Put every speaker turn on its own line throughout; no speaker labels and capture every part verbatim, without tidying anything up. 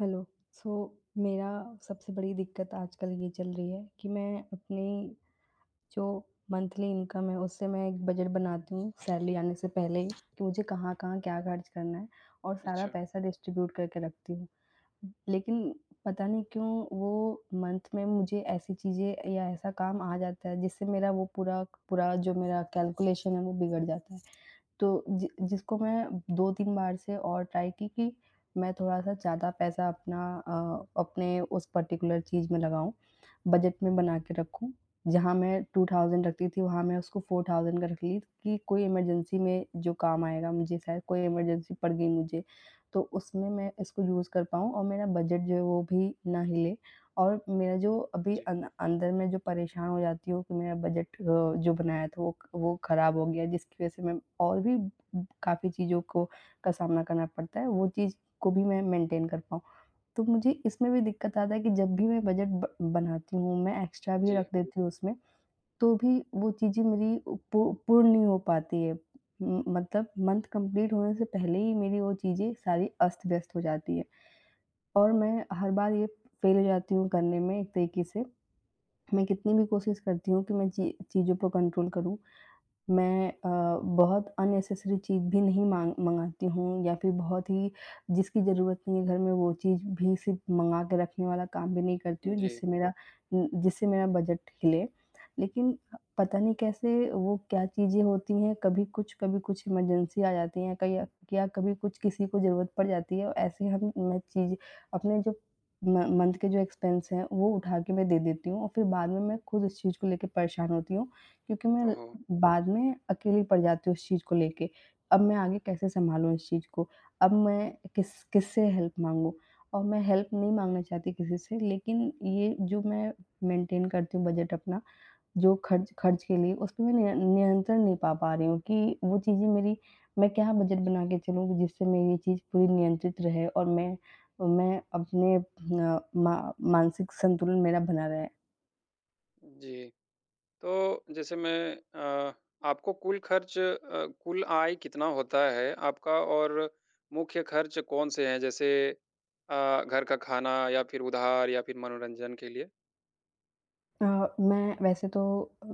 Hello. सो मेरा सबसे बड़ी दिक्कत आजकल ये चल रही है कि मैं अपनी जो मंथली इनकम है, उससे मैं एक बजट बनाती हूँ सैलरी आने से पहले ही, कि मुझे कहाँ-कहाँ क्या खर्च करना है और सारा
अच्छा।
पैसा डिस्ट्रीब्यूट करके रखती हूँ। लेकिन पता नहीं क्यों वो मंथ में मुझे ऐसी चीज़ें या ऐसा काम आ जाता है जिससे मेरा वो पूरा, पूरा जो मेरा कैलकुलेशन है वो बिगड़ जाता है। तो जि जिसको मैं दो तीन बार से और ट्राई की कि मैं थोड़ा-सा ज़्यादा पैसा अपना, अ, अपने उस पर्टिकुलर चीज़ में लगाऊँ, बजट में बना के रखूँ। जहाँ मैं टू थाउज़ेंड रखती थी, वहाँ मैं उसको फ़ोर थाउज़ेंड का रख ली, कि कोई इमरजेंसी में जो काम आएगा मुझे, शायद कोई इमरजेंसी पड़ गई मुझे, तो उसमें मैं इसको यूज़ कर पाऊँ और मेरा बजट जो है वो भी ना हिले। और मेरा जो अभी
जी।
अन अंदर में जो परेशान हो जाती हूँ कि मेरा बजट, अ, जो बनाया था वो वो ख़राब हो गया है, जिसकी वज़ह से मैं और भी काफ़ी चीज़ों को का सामना करना पड़ता है, वो चीज़ को भी मैं मेंटेन कर पाऊँ। तो मुझे इसमें भी दिक्कत आता है कि जब भी मैं बजट ब बनाती हूँ, मैं एक्स्ट्रा भी
जी।
रख देती हूँ उसमें, तो भी वो चीज़ें मेरी पू पूर्ण नहीं हो पाती है। उम, मतलब मंथ कंप्लीट होने से पहले ही मेरी वो चीज़ें सारी अस्त-व्यस्त हो जाती है, और मैं हर बार ये फ़ेल हो जाती हूँ करने में, एक तरीके से। मैं कितनी भी कोशिश करती हूँ कि मैं ची चीज़ों पर कंट्रोल करूँ, मैं अ, बहुत अननेसेसरी चीज़ भी नहीं माँग मँगाती हूँ, या फिर बहुत ही जिसकी ज़रूरत नहीं है घर में वो चीज़ भी सिर्फ़ मँगा के रखने वाला काम भी नहीं करती हूँ,
जी।
जिससे मेरा, उम, जिससे मेरा बजट हिले। लेकिन पता नहीं कैसे वो क्या चीज़ें होती हैं, कभी कुछ, कभी कुछ इमरजेंसी आ जाती है कई, या कभी कुछ किसी को ज़रूरत पड़ जाती है, और ऐसे हम मैं चीज़ अपने जो म मंथ के जो एक्सपेंस हैं वो उठा के मैं दे देती हूँ, और फिर बाद में मैं खुद उस चीज़ को लेके परेशान होती हूँ, क्योंकि मैं
ओहो!
बाद में अकेली पड़ जाती हूँ उस चीज़ को लेके। अब मैं आगे कैसे सँभालूँ इस चीज़ को? अब मैं किस किससे हेल्प माँगूँ? और मैं हेल्प नहीं माँगना चाहती किसी से, लेकिन ये जो मैं मेंटेन करती हूँ बजट अपना, जो खर्च खर्च के लिए उस पे मैं निय नियंत्रण नहीं पा पा रही हूँ, कि वो चीज़ें मेरी, मैं क्या बजट बना के चलूँ जिससे मेरी ये चीज़ पूरी नियंत्रित रहे और मैं मैं अपने, अ, मा मानसिक संतुलन मेरा बना रहे।
जी, तो जैसे मैं अ, आपको कुल खर्च, अ, कुल आय कितना होता है आपका और मुख्य खर्च कौन-से हैं? जैसे अ, घर का खाना या फिर उधार या फिर मनोरंजन के लिए?
अ, मैं वैसे तो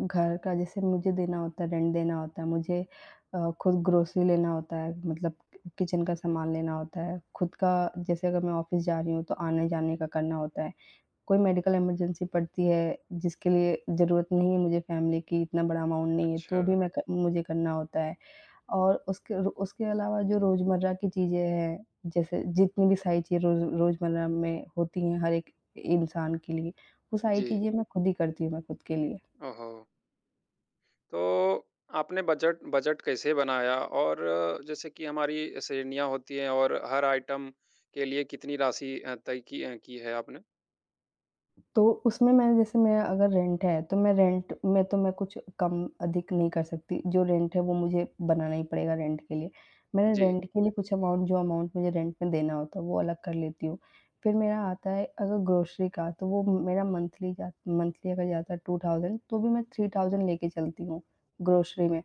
घर का जैसे मुझे देना होता है, रेंट देना होता है, मुझे अ, खुद ग्रोसरी लेना होता है, मतलब किचन का सामान लेना होता है, खुद का। जैसे अगर मैं ऑफ़िस जा रही हूँ, तो आने-जाने का करना होता है। कोई मेडिकल इमरजेंसी पड़ती है, जिसके लिए ज़रूरत नहीं है मुझे फैमिली की, इतना बड़ा अमाउंट नहीं है, तो
अच्छा।
भी मैं क मुझे करना होता है। और उसके, उसके अलावा जो रोज़मर्रा की चीज़ें हैं, जैसे जितनी भी सारी चीज़ें रोज़ रोज़मर्रा में होती हैं हर एक इंसान के लिए, वो सारी
जी।
चीज़ें मैं खुद ही करती हूँ, मैं खुद के लिए।
ओहो! तो आपने बजट बजट कैसे बनाया? और जैसे कि हमारी श्रेणियाँ होती हैं और हर आइटम के लिए कितनी राशि अ, तय की अ, की है आपने?
तो उसमें मैंने जैसे मेरा अगर रेंट है, तो मैं रेंट में तो मैं कुछ कम अधिक नहीं कर सकती। जो रेंट है वो मुझे बनाना ही पड़ेगा, रेंट के लिए। मैंने
जी।
रेंट के लिए कुछ अमाउंट, जो अमाउंट मुझे रेंट में देना होता है वो अलग कर लेती हूँ। फिर मेरा आता है अगर ग्रोसरी का, तो वो मेरा मंथली जा मंथली अगर जाता है टू थाउज़ेंड, तो भी मैं थ्री थाउज़ेंड लेके चलती हूँ ग्रोसरी में।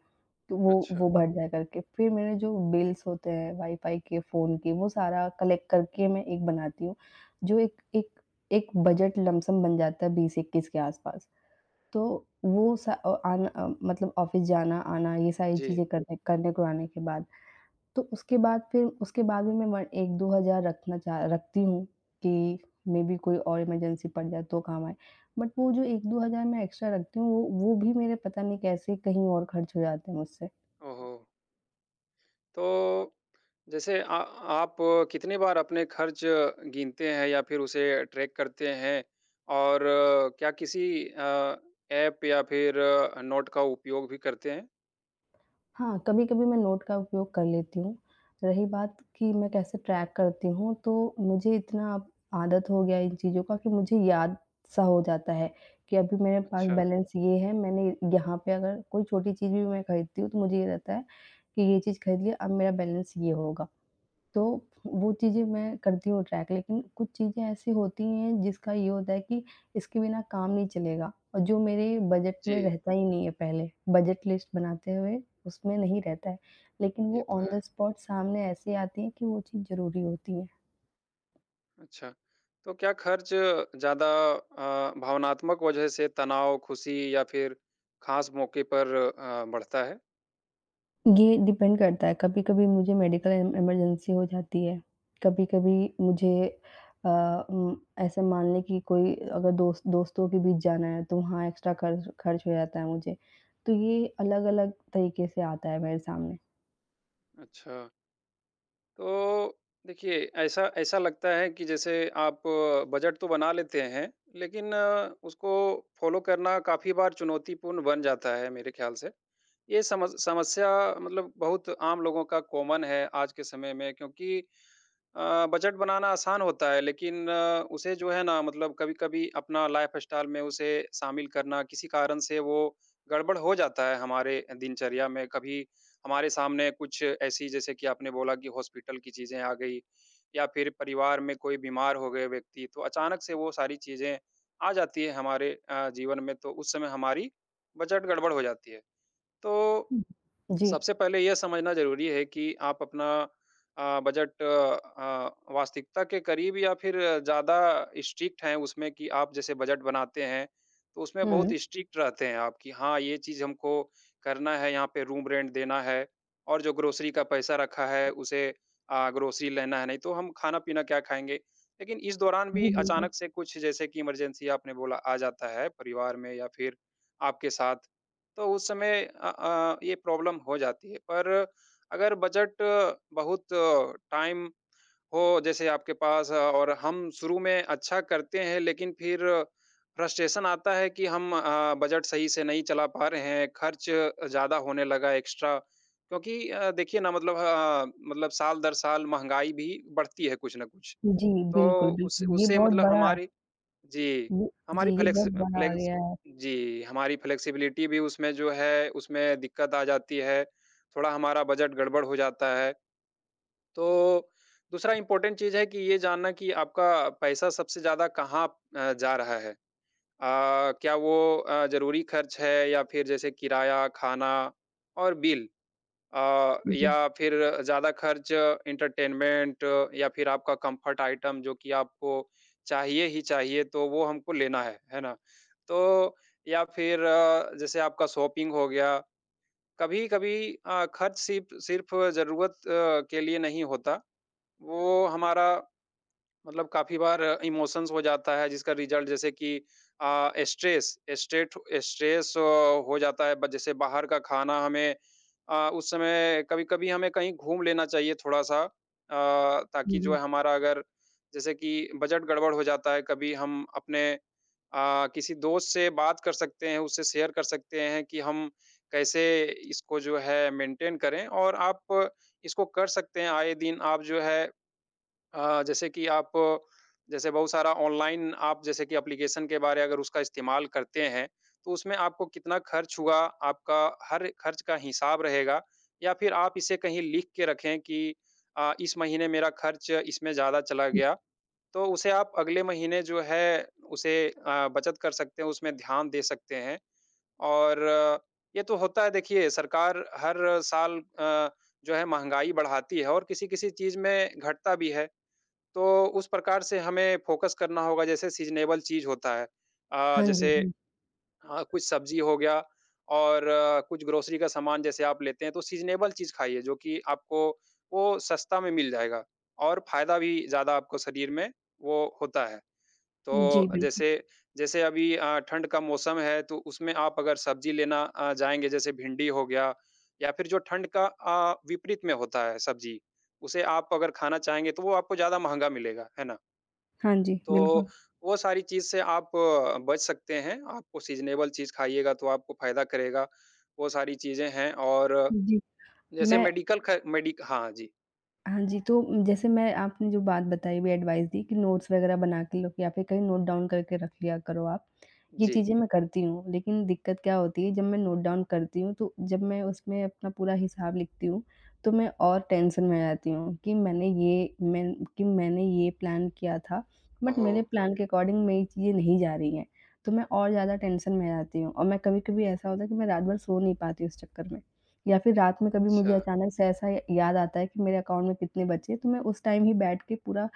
तो वो,
अच्छा।
वो भर जाया करके। फिर मेरे जो बिल्स होते हैं वाई-फाई के, फ़ोन के, वो सारा कलेक्ट करके मैं एक बनाती हूँ। जो एक एक एक बजट लमसम बन जाता है बीस इक्कीस के आसपास। तो वो, स अ, आना, अ, मतलब ऑफ़िस जाना, आना, ये सारी
जी।
चीज़ें करने करने को आने के बाद। तो उसके बाद, फिर उसके बाद भी मैं वन एक दो हज़ार रखना चाह रखती हूँ, कि मेबी कोई और इमरजेंसी पड़ जाए तो काम आए। बट वो जो एक दो हज़ार मैं एक्स्ट्रा रखती हूँ, वो वो भी मेरे पता नहीं कैसे कहीं और खर्च हो जाते हैं मुझसे।
ओहो! तो जैसे आ आप कितनी बार अपने खर्च गिनते हैं या फिर उसे ट्रैक करते हैं? और अ, क्या किसी अ, ऐप या फिर अ, नोट का उपयोग भी करते हैं?
हाँ, कभी-कभी मैं नोट का उपयोग कर लेती हूँ। रही बात कि मैं कैसे ट्रैक करती हूँ, तो मुझे इतना अब आदत हो गया है इन चीज़ों का, कि मुझे याद सा हो जाता है कि अभी मेरे पास
अच्छा।
बैलेंस ये है। मैंने यहाँ पे अगर कोई छोटी चीज़ भी मैं खरीदती हूँ, तो मुझे ये रहता है कि ये चीज़ खरीद लिया, अब मेरा बैलेंस ये होगा। तो, वो चीज़ें मैं करती हूँ ट्रैक, लेकिन कुछ चीज़ें ऐसी होती हैं जिसका ये होता है कि इसके बिना काम नहीं चलेगा, और जो मेरे बजट में
जी।
रहता ही नहीं है पहले, बजट लिस्ट बनाते हुए उसमें नहीं रहता है। लेकिन
ये
वो
तो
ऑन द
है।
स्पॉट सामने ऐसे आती है कि वो चीज़ ज़रूरी होती है।
अच्छा, तो क्या खर्च ज़्यादा अ, भावनात्मक वजह से तनाव, खुशी या फिर खास मौके पर अ, बढ़ता है?
ये डिपेंड करता है, कभी-कभी मुझे मेडिकल इम इमरजेंसी हो जाती है, कभी-कभी मुझे, अ, उम, ऐसे मान लें कि कोई अगर दोस्त दोस्तों के बीच जाना है, तो वहाँ एक्स्ट्रा खर्च खर्च हो जाता है मुझे, तो ये अलग-अलग तरीके से आता है मेरे सामने।
अच्छा। तो देखिए, ऐसा ऐसा लगता है कि जैसे आप बजट तो बना लेते हैं, लेकिन अ, उसको फ़ॉलो करना काफ़ी बार चुनौतीपूर्ण बन जाता है मेरे ख़्याल से। ये समझ समस्या मतलब बहुत आम लोगों का कॉमन है आज के समय में क्योंकि अ, बजट बनाना आसान होता है लेकिन अ, उसे जो है ना मतलब कभी-कभी अपना लाइफ़स्टाइल में उसे शामिल करना किसी कारण से वो गड़बड़ हो जाता है हमारे दिनचर्या में। कभी हमारे सामने कुछ ऐसी जैसे कि आपने बोला कि हॉस्पिटल की चीज़ें आ गई या फिर परिवार में कोई बीमार हो गए व्यक्ति तो अचानक से वो सारी चीज़ें आ जाती है हमारे अ, जीवन में तो उस समय हमारी बजट गड़बड़ हो जाती है। तो
हुँ। जी,
सबसे पहले ये समझना ज़रूरी है कि आप अपना अ, बजट अ, वास्तविकता के करीब या फिर ज़्यादा स्ट्रिक्ट हैं उसमें कि आप जैसे बजट बनाते हैं, तो उसमें बहुत
हुँ,
स्ट्रिक्ट रहते हैं आप कि हाँ, ये चीज़ हमको करना है, यहाँ पे रूम रेंट देना है और जो ग्रोसरी का पैसा रखा है, उसे अ, ग्रोसरी लेना है, नहीं तो हम खाना-पीना क्या खाएँगे? लेकिन इस दौरान
जी
भी
बिल्कुल।
अचानक से कुछ जैसे कि इमरजेंसी आपने बोला आ जाता है परिवार में या फिर आपके साथ तो उस समय अ अ, ये प्रॉब्लम हो जाती है। पर अगर बजट बहुत टाइम हो जैसे आपके पास अ, और हम शुरू में अच्छा करते हैं लेकिन फिर फ्रस्ट्रेशन आता है कि हम अ, बजट सही से नहीं चला पा रहे हैं, खर्च ज़्यादा होने लगा एक्स्ट्रा क्योंकि अ, देखिए ना मतलब अ, मतलब साल दर साल महँगाई भी बढ़ती है कुछ न कुछ।
जी,
तो
बिल्कुल,
उस
बिल्कुल, ये
उससे
बहुत
मतलब
बड़ा,
हमारी जी,
ये जी,
हमारी
ये
फ्लेक्स
बहुत बड़ा आ
फ्लेक्स
गया है।
जी, हमारी फ्लेक्सिबिलिटी भी उसमें जो है, उसमें दिक्कत आ जाती है, थोड़ा हमारा बजट गड़बड़ हो जाता है। तो दूसरा इम्पोर्टेंट चीज़ है कि ये जानना कि आपका पैसा सबसे ज़्यादा कहाँ अ, जा रहा है। अ, क्या वो अ, ज़रूरी खर्च है या फिर जैसे किराया, खाना और बिल अ,
जी,
या फिर ज़्यादा खर्च एंटरटेनमेंट या फिर आपका कंफर्ट आइटम जो कि आपको चाहिए ही चाहिए तो वो हमको लेना है, है ना? तो या फिर अ, जैसे आपका शॉपिंग हो गया, कभी-कभी अ, खर्च सिर्फ़ सिर्फ़ ज़रूरत अ, के लिए नहीं होता, वो हमारा मतलब काफ़ी बार इमोशंस हो जाता है जिसका रिज़ल्ट जैसे कि अ, स्ट्रेस स्ट्रेट स्ट्रेस हो जाता है ब जैसे बाहर का खाना हमें अ, उस समय कभी-कभी हमें कहीं घूम लेना चाहिए थोड़ा-सा अ, ताकि जो
जी,
है हमारा अगर जैसे कि बजट गड़बड़ हो जाता है कभी हम अपने अ, किसी दोस्त से बात कर सकते हैं, उससे शेयर कर सकते हैं कि हम कैसे इसको जो है मेंटेन करें और आप इसको कर सकते हैं आए दिन आप जो है अ, जैसे कि आप जैसे बहुत सारा ऑनलाइन आप जैसे कि एप्लीकेशन के बारे अगर उसका इस्तेमाल करते हैं, तो उसमें आपको कितना खर्च हुआ, आपका हर खर्च का हिसाब रहेगा या फिर आप इसे कहीं लिख के रखें कि अ, इस महीने मेरा खर्च इसमें ज़्यादा चला
जी।
गया, तो उसे आप अगले महीने जो है उसे अ, बचत कर सकते हैं, उसमें ध्यान दे सकते हैं। और अ, ये तो होता है देखिए सरकार हर साल अ, जो है महँगाई बढ़ाती है और किसी-किसी चीज़ में घटता भी है। तो उस प्रकार से हमें फ़ोकस करना होगा जैसे सीज़नेबल चीज़ होता है। अ,
हाँ जी,
जैसे
हाँ।
हाँ, कुछ सब्ज़ी हो गया और अ, कुछ ग्रोसरी का सामान जैसे आप लेते हैं तो सीज़नेबल चीज़ खाइए जो कि आपको वो सस्ता में मिल जाएगा और फ़ायदा भी ज़्यादा आपको शरीर में वो होता है।
जी,
तो
बिल्कुल।
जैसे जैसे अभी अ, ठंड का मौसम है तो उसमें आप अगर सब्ज़ी लेना अ, जाएँगे जैसे भिंडी हो गया या फिर जो ठंड का अ, विपरीत में होता है सब्ज़ी, उसे आप अगर खाना चाहेंगे तो वो आपको ज़्यादा महँगा मिलेगा, है ना?
हाँ जी,
तो
बिल्कुल।
वो सारी चीज़ से आप अ, बच सकते हैं। आपको सीज़नेबल चीज़ खाइएगा तो आपको फ़ायदा करेगा, वो सारी चीज़ें हैं और
जी,
जैसे
मैं
मेडिकल ख मेडिक हाँ जी।
हाँ जी, तो जैसे मैं आपने जो बात बताई भी, एडवाइस दी कि नोट्स वगैरह बना के लो, या फिर कहीं नोट डाउन करके रख लिया करो आप। ये
जी।
चीज़ें मैं करती हूँ, लेकिन दिक्कत क्या होती है, जब मैं नोट डाउन करती हूँ तो जब मैं उसमें अपना पूरा हिसाब लिखती हूँ, तो मैं और टेंशन में आ जाती हूँ कि मैंने ये मैं कि मैंने ये प्लान किया था, बट
ओह!
मेरे प्लान के अकॉर्डिंग मेरी चीज़ें नहीं जा रही हैं। तो मैं और ज़्यादा टेंशन में आ जाती हूँ, और मैं कभी-कभी, ऐसा होता है कि मैं रात भर सो नहीं पाती उस चक्कर में। या फिर रात में कभी मुझे
अच्छा।
अचानक से ऐसा याद आता है कि मेरे अकाउंट में कितने बचे हैं, तो मैं उस टाइम ही बैठ के पूरा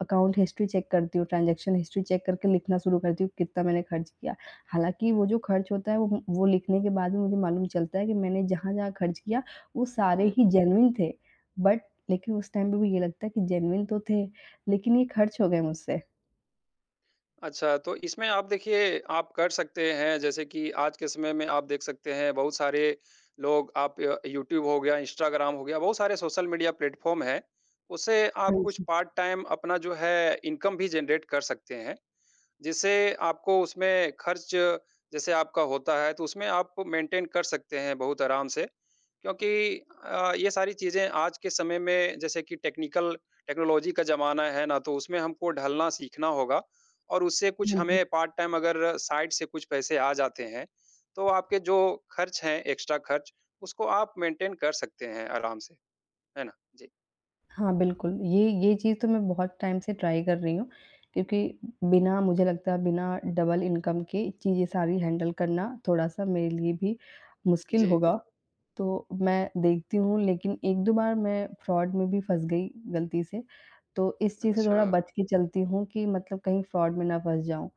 अकाउंट हिस्ट्री चेक करती हूँ, ट्रांज़ैक्शन हिस्ट्री चेक करके लिखना शुरू करती हूँ, कितना मैंने खर्च किया। हालाँकि वो जो खर्च होता है वो वो लिखने के बाद भी मुझे मालूम चलता है कि मैंने जहाँ-जहाँ खर्च किया वो सारे
हुँ।
ही जेन्युइन थे। बट लेकिन उस टाइम पे भी ये लगता है कि जेन्युइन तो थे, लेकिन ये खर्च हो गए मुझसे।
अच्छा, तो इसमें आप देखिए आप कर सकते हैं जैसे कि आज के समय में आप देख सकते हैं बहुत सारे लोग आप अ, यूट्यूब हो गया, इंस्टाग्राम हो गया, बहुत सारे सोशल मीडिया प्लेटफ़ॉर्म हैं। उससे आप
हाँ
कुछ
जी।
पार्ट टाइम अपना जो है इनकम भी जनरेट कर सकते हैं। जिससे आपको उसमें खर्च जैसे आपका होता है, तो उसमें आप मेंटेन कर सकते हैं बहुत आराम से। क्योंकि अ, ये सारी चीज़ें आज के समय में जैसे कि टेक्निकल टेक्नोलॉजी का ज़माना है ना, तो उसमें हमको ढलना सीखना होगा और उससे कुछ
हाँ जी।
हमें पार्ट टाइम अगर साइड से कुछ पैसे आ जाते हैं, तो आपके जो खर्च हैं, एक्स्ट्रा खर्च, उसको आप मेंटेन कर सकते हैं आराम से। है ना? जी।
हाँ, बिल्कुल। ये ये चीज़ तो मैं बहुत टाइम से ट्राई कर रही हूँ, क्योंकि बिना, मुझे लगता है बिना डबल इनकम के चीज़ें सारी हैंडल करना थोड़ा-सा मेरे लिए भी मुश्किल
जी।
होगा। तो मैं देखती हूँ, लेकिन एक दो बार मैं फ्रॉड में भी फँस गई, गलती से। तो इस चीज़ से
अच्छा।
थोड़ा बच के चलती हूँ कि मतलब कहीं फ्रॉड में ना फँस जाऊँ।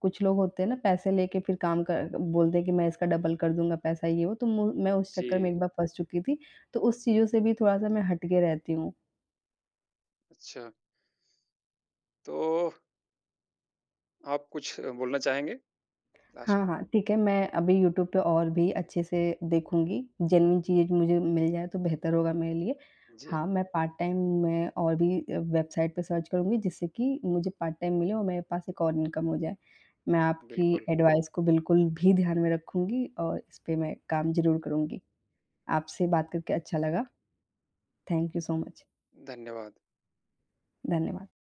कुछ लोग होते हैं ना, पैसे लेके फिर काम कर बोलते हैं कि मैं इसका डबल कर दूँगा पैसा, ये वो, तो मु मैं उस चक्कर में
जी।
एक बार फँस चुकी थी। तो उस चीज़ों से भी थोड़ा-सा मैं हट के रहती हूँ।
अच्छा। तो आप कुछ बोलना चाहेंगे
हाँ,
लास्ट में?
हाँ, ठीक है, मैं अभी यूट्यूब पे और भी अच्छे से देखूँगी, जेन्युइन चीज़ मुझे मिल जाए तो बेहतर होगा मेरे लिए।
जी,
हाँ, मैं पार्ट टाइम में और भी अ, वेबसाइट पे सर्च करूँगी, जिससे कि मुझे पार्ट टाइम मिले और मेरे पास एक और इनकम हो जाए। मैं आपकी
बिल्कुल,
एडवाइस को बिल्कुल भी ध्यान में रखूँगी, और इस पे मैं काम ज़रूर करूँगी। आपसे बात करके अच्छा लगा। Thank you so much.
धन्यवाद।
धन्यवाद।